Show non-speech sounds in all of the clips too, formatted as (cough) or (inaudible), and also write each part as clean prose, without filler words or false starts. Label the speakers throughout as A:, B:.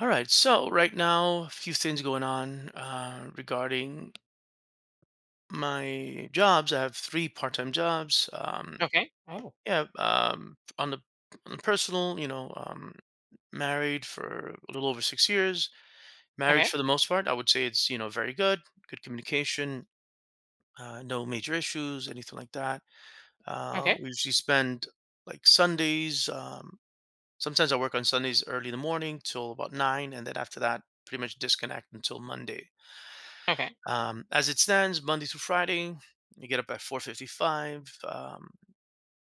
A: All right. So right now, a few things going on regarding my jobs. I have three part-time jobs.
B: Okay. Oh.
A: Yeah. On the personal, married for a little over 6 years. Marriage,
B: Okay.
A: for the most part, I would say it's very good. Good communication. No major issues, anything like that.
B: Okay.
A: We usually spend like Sundays. Sometimes I work on Sundays early in the morning till about nine, and then after that, pretty much disconnect until Monday.
B: Okay.
A: As it stands, Monday through Friday, you get up at 4:55.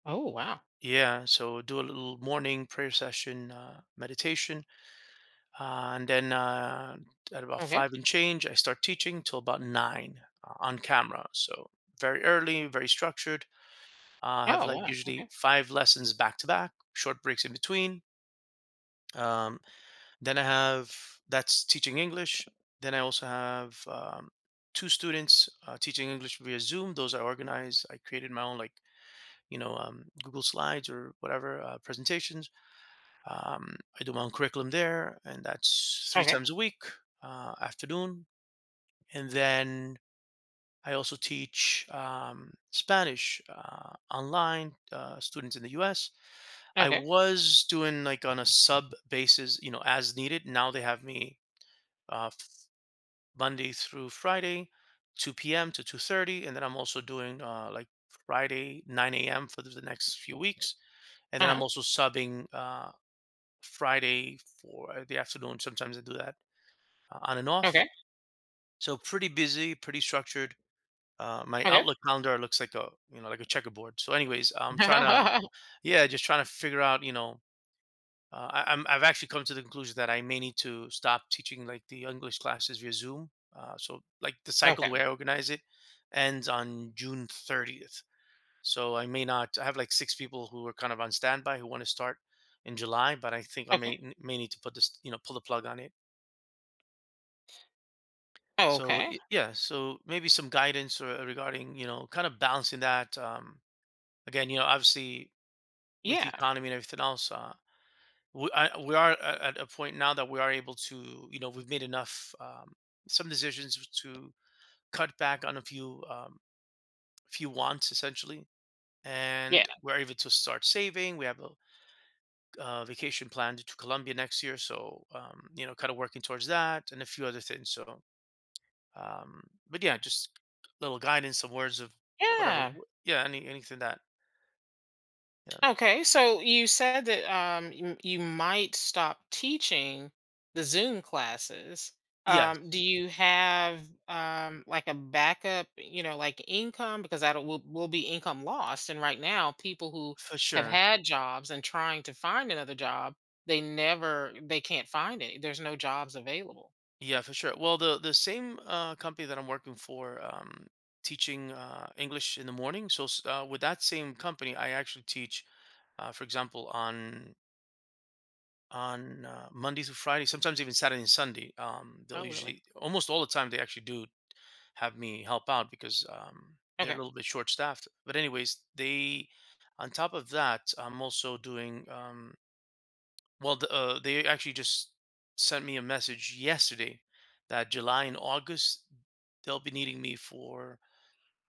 B: Oh wow.
A: Yeah, so do a little morning prayer session, meditation, and then at about
B: Okay.
A: five and change, I start teaching till about nine on camera. So very early, very structured. I have
B: Oh
A: like
B: wow. Okay.
A: usually five lessons back to back, short breaks in between. Um, Then I have That's teaching English. Then I also have two students teaching English via Zoom. Those I organize. I created my own like Google Slides or whatever presentations. I do my own curriculum there, and that's three
B: Okay.
A: times a week afternoon. And then I also teach Spanish online students in the U.S. I
B: Okay.
A: was doing like on a sub basis, as needed. Now they have me uh, Monday through Friday, 2 p.m. to 2:30, and then I'm also doing like Friday 9 a.m. for the next few weeks, and then I'm
B: Uh-huh.
A: also subbing Friday for the afternoon. Sometimes I do that on and off.
B: Okay.
A: So pretty busy, pretty structured. My
B: Okay.
A: Outlook calendar looks like a like a checkerboard. So, anyways, I'm trying to
B: (laughs)
A: yeah, just trying to figure out. I've actually come to the conclusion that I may need to stop teaching like the English classes via Zoom. So like the cycle, the way
B: okay.
A: I organize it, ends on June 30th. So I may not. I have like six people who are kind of on standby who want to start in July, but I think I may
B: Okay.
A: may need to put this, you know, pull the plug on it. So
B: Okay.
A: yeah, so maybe some guidance or regarding kind of balancing that. Again, you know, obviously with the
B: Yeah.
A: economy and everything else. We are at a point now that we are able to we've made enough some decisions to cut back on a few wants essentially,
B: Yeah.
A: and we're able to start saving. We have a vacation planned to Colombia next year, so you know, kind of working towards that and a few other things. So um, but yeah, just little guidance, some words of whatever
B: Yeah.
A: yeah, anything that yeah
B: Okay, so you said that you might stop teaching the Zoom classes.
A: yeah
B: Do you have like a backup, you know, like income because that will be income lost. And right now, people who
A: for
B: have
A: sure.
B: had jobs and trying to find another job, they can't find any. There's no jobs available.
A: Yeah, for sure. Well, the same company that I'm working for, teaching English in the morning. With that same company, I actually teach, for example, on Monday through Friday, sometimes even Saturday and Sunday. They'll
B: Oh, really?
A: usually, almost all the time, they actually do have me help out because they're a
B: Okay.
A: little bit short staffed. But anyways, they, on top of that, I'm also doing. Well, they actually just sent me a message yesterday that July and August they'll be needing me for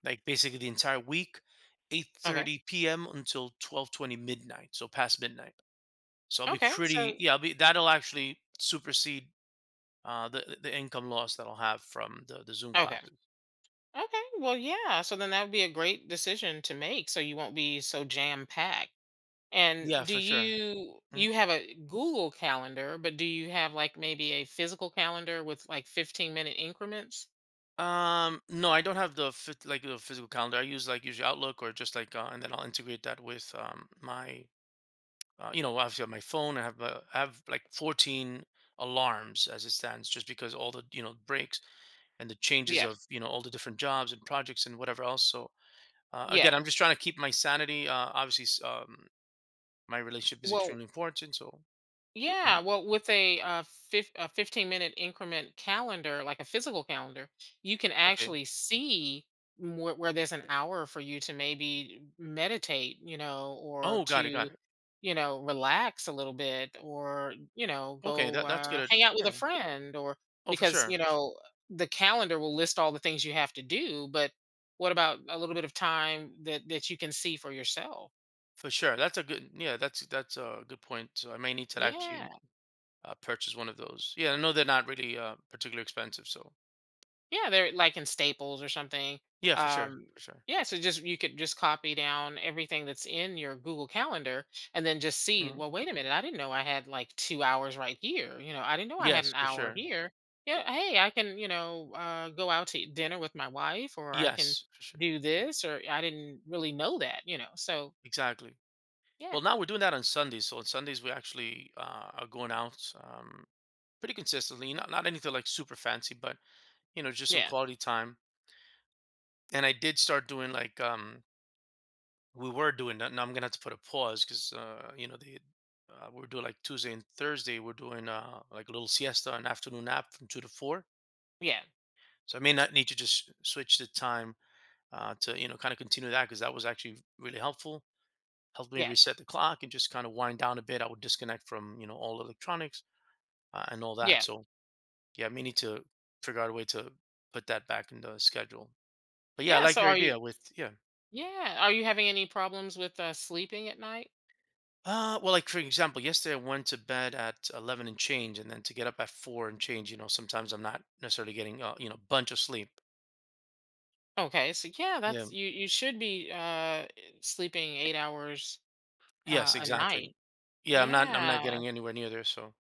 A: like basically the entire week,
B: Okay.
A: 8:30 p.m. until 12:20 midnight, so past midnight. So I'll be
B: Okay.
A: pretty
B: So
A: yeah, I'll be that'll actually supersede the income loss that I'll have from the Zoom
B: okay.
A: classes.
B: Okay. Well, yeah, so then that would be a great decision to make. So you won't be so jam packed.
A: Yeah,
B: And do
A: for sure.
B: you
A: Mm.
B: you have a Google Calendar, but do you have, like, maybe a physical calendar with, like, 15-minute increments?
A: No, I don't have like the physical calendar. I use like usually Outlook or just like, and then I'll integrate that with my you know, obviously on my phone, I have like 14 alarms as it stands, just because all the breaks and the changes
B: Yeah,
A: of all the different jobs and projects and whatever else. So
B: yeah.
A: again, I'm just trying to keep my sanity. Obviously, my relationship is
B: Well
A: extremely important.
B: Yeah,
A: Mhm.
B: well, with a 15-minute increment calendar, like a physical calendar, you can
A: Okay,
B: actually see where, there's an hour for you to maybe meditate, you know, or
A: oh, got it,
B: to,
A: got it.
B: you know, relax a little bit, or you know,
A: Okay,
B: go
A: that's good.
B: hang out with a
A: Yeah.
B: friend, or
A: Oh, for
B: because
A: sure,
B: you know the calendar will list all the things you have to do, but what about a little bit of time that you can see for yourself?
A: for sure. That's a good. Yeah, that's a good point. So I may need to actually
B: Yeah.
A: purchase one of those. Yeah, I know they're not really particularly expensive. So
B: Yeah, they're like in Staples or something.
A: yeah, for sure,
B: Um,
A: for sure.
B: yeah, so just you could just copy down everything that's in your Google Calendar, and then just see,
A: Mm-hmm.
B: well, wait a minute, I didn't know I had like 2 hours right here. You know, I didn't know I had
A: Yes,
B: an
A: for
B: hour
A: sure.
B: here. Yeah, hey, I can, you know, go out to dinner with my wife, or I can
A: Yes, for sure.
B: do this, or I didn't really know that, you know. So
A: Exactly.
B: yeah,
A: Well, now we're doing that on Sundays. So on Sundays, we actually are going out um, pretty consistently. Not anything like super fancy, but just some
B: yeah,
A: quality time. And I did start doing like we were doing that. Now I'm gonna have to put a pause because you know they we're doing like Tuesday and Thursday. We're doing like a little siesta, an afternoon nap from two to four.
B: yeah,
A: So I may not need to just switch the time to kind of continue that because that was actually really helpful helped me
B: yeah,
A: reset the clock and just kind of wind down a bit. I would disconnect from all electronics and all that.
B: yeah.
A: So yeah, we need to figure out a way to put that back in the schedule. But yeah, I
B: Yeah.
A: like
B: So
A: your
B: are you
A: idea with. Yeah.
B: Yeah, are you having any problems with sleeping at night?
A: Well, like for example, yesterday I went to bed at 11 and change, and then to get up at four and change. You know, sometimes I'm not necessarily getting bunch of sleep.
B: Okay, so yeah, that's
A: Yeah.
B: you. You should be sleeping 8 hours
A: Yes,
B: a
A: exactly.
B: night.
A: Yeah, I'm not. I'm not
B: Yeah,
A: getting anywhere near there. So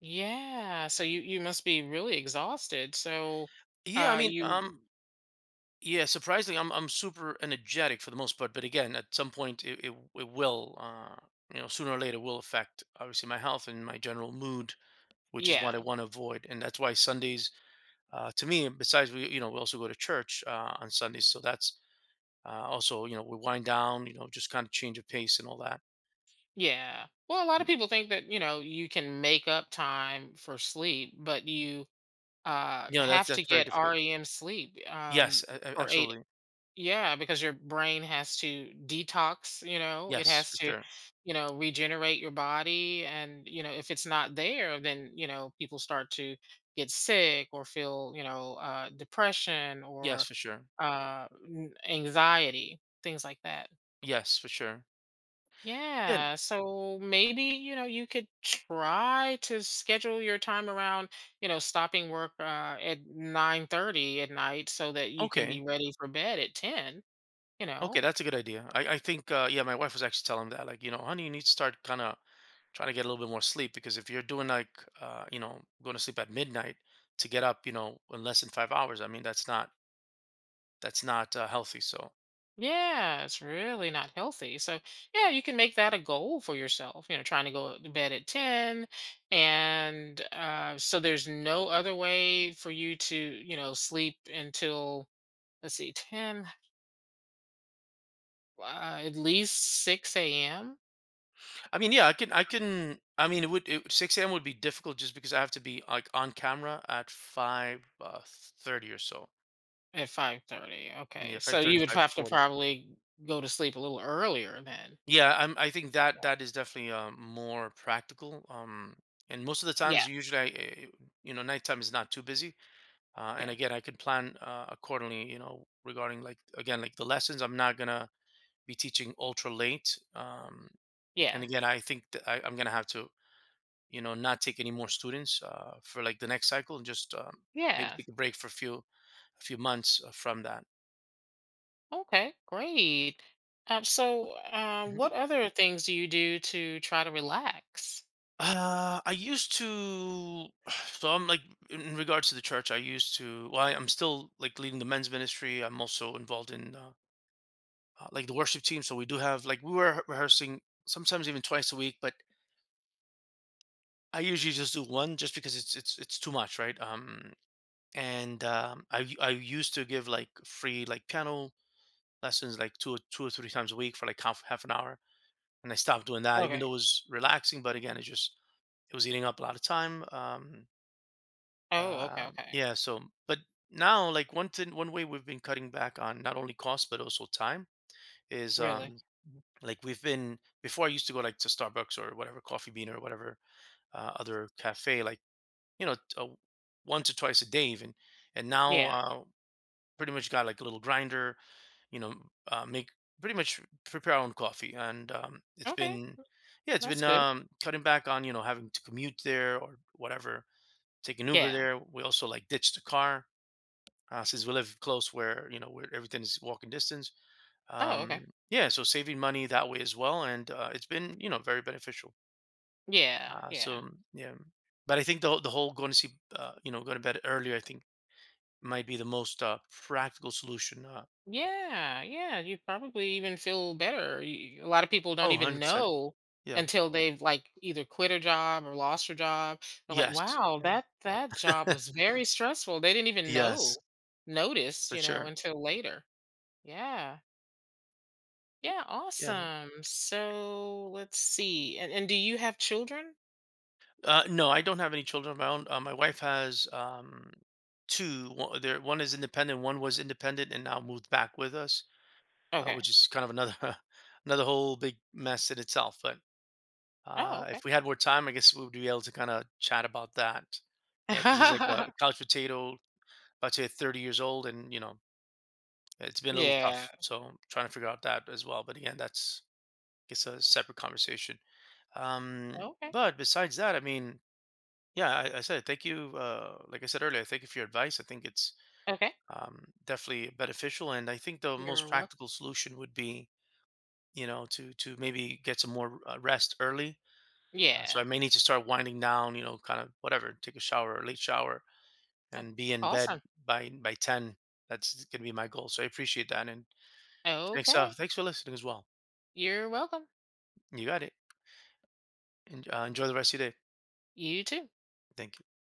B: yeah. So you must be really exhausted. So,
A: yeah, I mean,
B: you
A: yeah, surprisingly, I'm super energetic for the most part, but again, at some point, it will, you know, sooner or later, will affect obviously my health and my general mood, which is what I
B: yeah,
A: want to avoid, and that's why Sundays, to me, besides we also go to church on Sundays, so that's also, you know, we wind down, you know, just kind of change of pace and all that.
B: yeah. Well, a lot of
A: Mm.
B: people think that you know you can make up time for sleep, but you
A: You know, that's
B: have to
A: that's very
B: get
A: difficult.
B: REM sleep
A: Yes,
B: for eight.
A: absolutely.
B: Yeah, because your brain has to detox, you know, it
A: Yes,
B: has
A: for
B: to,
A: sure.
B: you know, regenerate your body. And, you know, if it's not there, then, you know, people start to get sick or feel, you know, depression
A: Yes,
B: or
A: for sure.
B: anxiety, things like that.
A: Yes, for sure. Yeah.
B: Yeah. So maybe, you know, you could try to schedule your time around, you know, stopping work at 9:30 at night so that you can be
A: Okay.
B: ready for bed at 10, you
A: Okay,
B: know.
A: that's a good idea. I think, yeah, my wife was actually telling me that, like, you know, honey, you need to start kind of trying to get a little bit more sleep because if you're doing like, you know, going to sleep at midnight to get up, you know, in less than 5 hours, I mean, that's not healthy. So,
B: Yeah, it's really not healthy. So, yeah, you can make that a goal for yourself, you know, trying to go to bed at 10. And so there's no other way for you to, you know, sleep until, let's see, 10, at least 6 a.m.
A: I mean, yeah, I mean, 6 a.m. would be difficult just because I have to be like on camera at 5 30 or so.
B: At 5:30. Okay.
A: Yeah, five
B: So
A: thirty,
B: you would
A: five
B: have to
A: forty.
B: probably go to sleep a little earlier then.
A: Yeah, I think that
B: Yeah.
A: that is definitely more practical. And most of the
B: Yeah.
A: times, usually, you know, nighttime is not too busy. And
B: Yeah.
A: again, I can plan accordingly. You know, regarding like again, like the lessons, I'm not gonna be teaching ultra late. And
B: Yeah.
A: again, I think that I'm gonna have to, you know, not take any more students for like the next cycle, and just maybe
B: Yeah.
A: take a break for a few months from that.
B: Okay, great. So, what other things do you do to try to relax?
A: I used to, (sighs) so I'm like in regards to the church. I used to. Well, I'm still like leading the men's ministry. I'm also involved in like the worship team. So we do have like we were rehearsing sometimes even twice a week, but I usually just do one just because it's too much, right? I used to give like free like piano lessons like two or three times a week for like half an hour, and I stopped doing that even
B: Okay.
A: though it was relaxing. But again, it was eating up a lot of time.
B: Oh, okay, okay.
A: Yeah, so but now like one way we've been cutting back on not only cost but also time is
B: Really?
A: like we've been before I used to go like to Starbucks or whatever coffee bean or whatever other cafe like you know t- uh, once or twice a day even, and now
B: Yeah.
A: pretty much got like a little grinder, you know make, pretty much prepare our own coffee, and it's
B: Okay,
A: been yeah, it's
B: that's
A: been
B: good.
A: cutting back on having to commute there or whatever, take an uber
B: Yeah.
A: there. We also like ditched the car since we live close where where everything's walking distance.
B: Oh, okay.
A: um yeah, so saving money that way as well. And it's been very beneficial.
B: Yeah, yeah.
A: So yeah, but I think the whole going to see, you know, going to bed earlier, I think might be the most practical solution.
B: Yeah, yeah. You probably even feel better. A lot of people don't
A: Oh,
B: even
A: 100%.
B: know
A: Yeah,
B: until they've like either quit a job or lost a job. They're like,
A: yes,
B: "Wow, that
A: yeah.
B: job was very stressful." They didn't
A: (laughs)
B: even
A: Yes,
B: know, notice,
A: for
B: you know,
A: sure,
B: until later. Yeah. Yeah,
A: yeah.
B: awesome. So let's see. And do you have children?
A: No, I don't have any children of my own. My wife has two one, there one is independent, one was independent and now moved back with us,
B: Okay.
A: which is kind of another (laughs) another whole big mess in itself. But
B: Oh, okay.
A: if we had more time, I guess we would be able to kind of chat about that. Yeah, because he's like a
B: (laughs)
A: couch potato, about to hit 30 years old, and it's been a little
B: Yeah.
A: tough. So I'm trying to figure out that as well. But again, that's I guess a separate conversation. Um,
B: Okay.
A: but besides that, I mean, yeah, I said thank you. Like I said earlier, thank you for your advice. I think it's
B: Okay.
A: um, definitely beneficial, and I think the most
B: You're welcome.
A: practical solution would be to maybe get some more rest early. So
B: Yeah.
A: I may need to start winding down, you know, kind of whatever, take a shower, a late shower,
B: Oh,
A: and be in bed
B: Awesome.
A: by ten. That's gonna be my goal. So I appreciate that, and thanks.
B: Okay.
A: Thanks for listening as well.
B: You're welcome.
A: You got it. And, enjoy the rest of your day.
B: You too.
A: Thank you.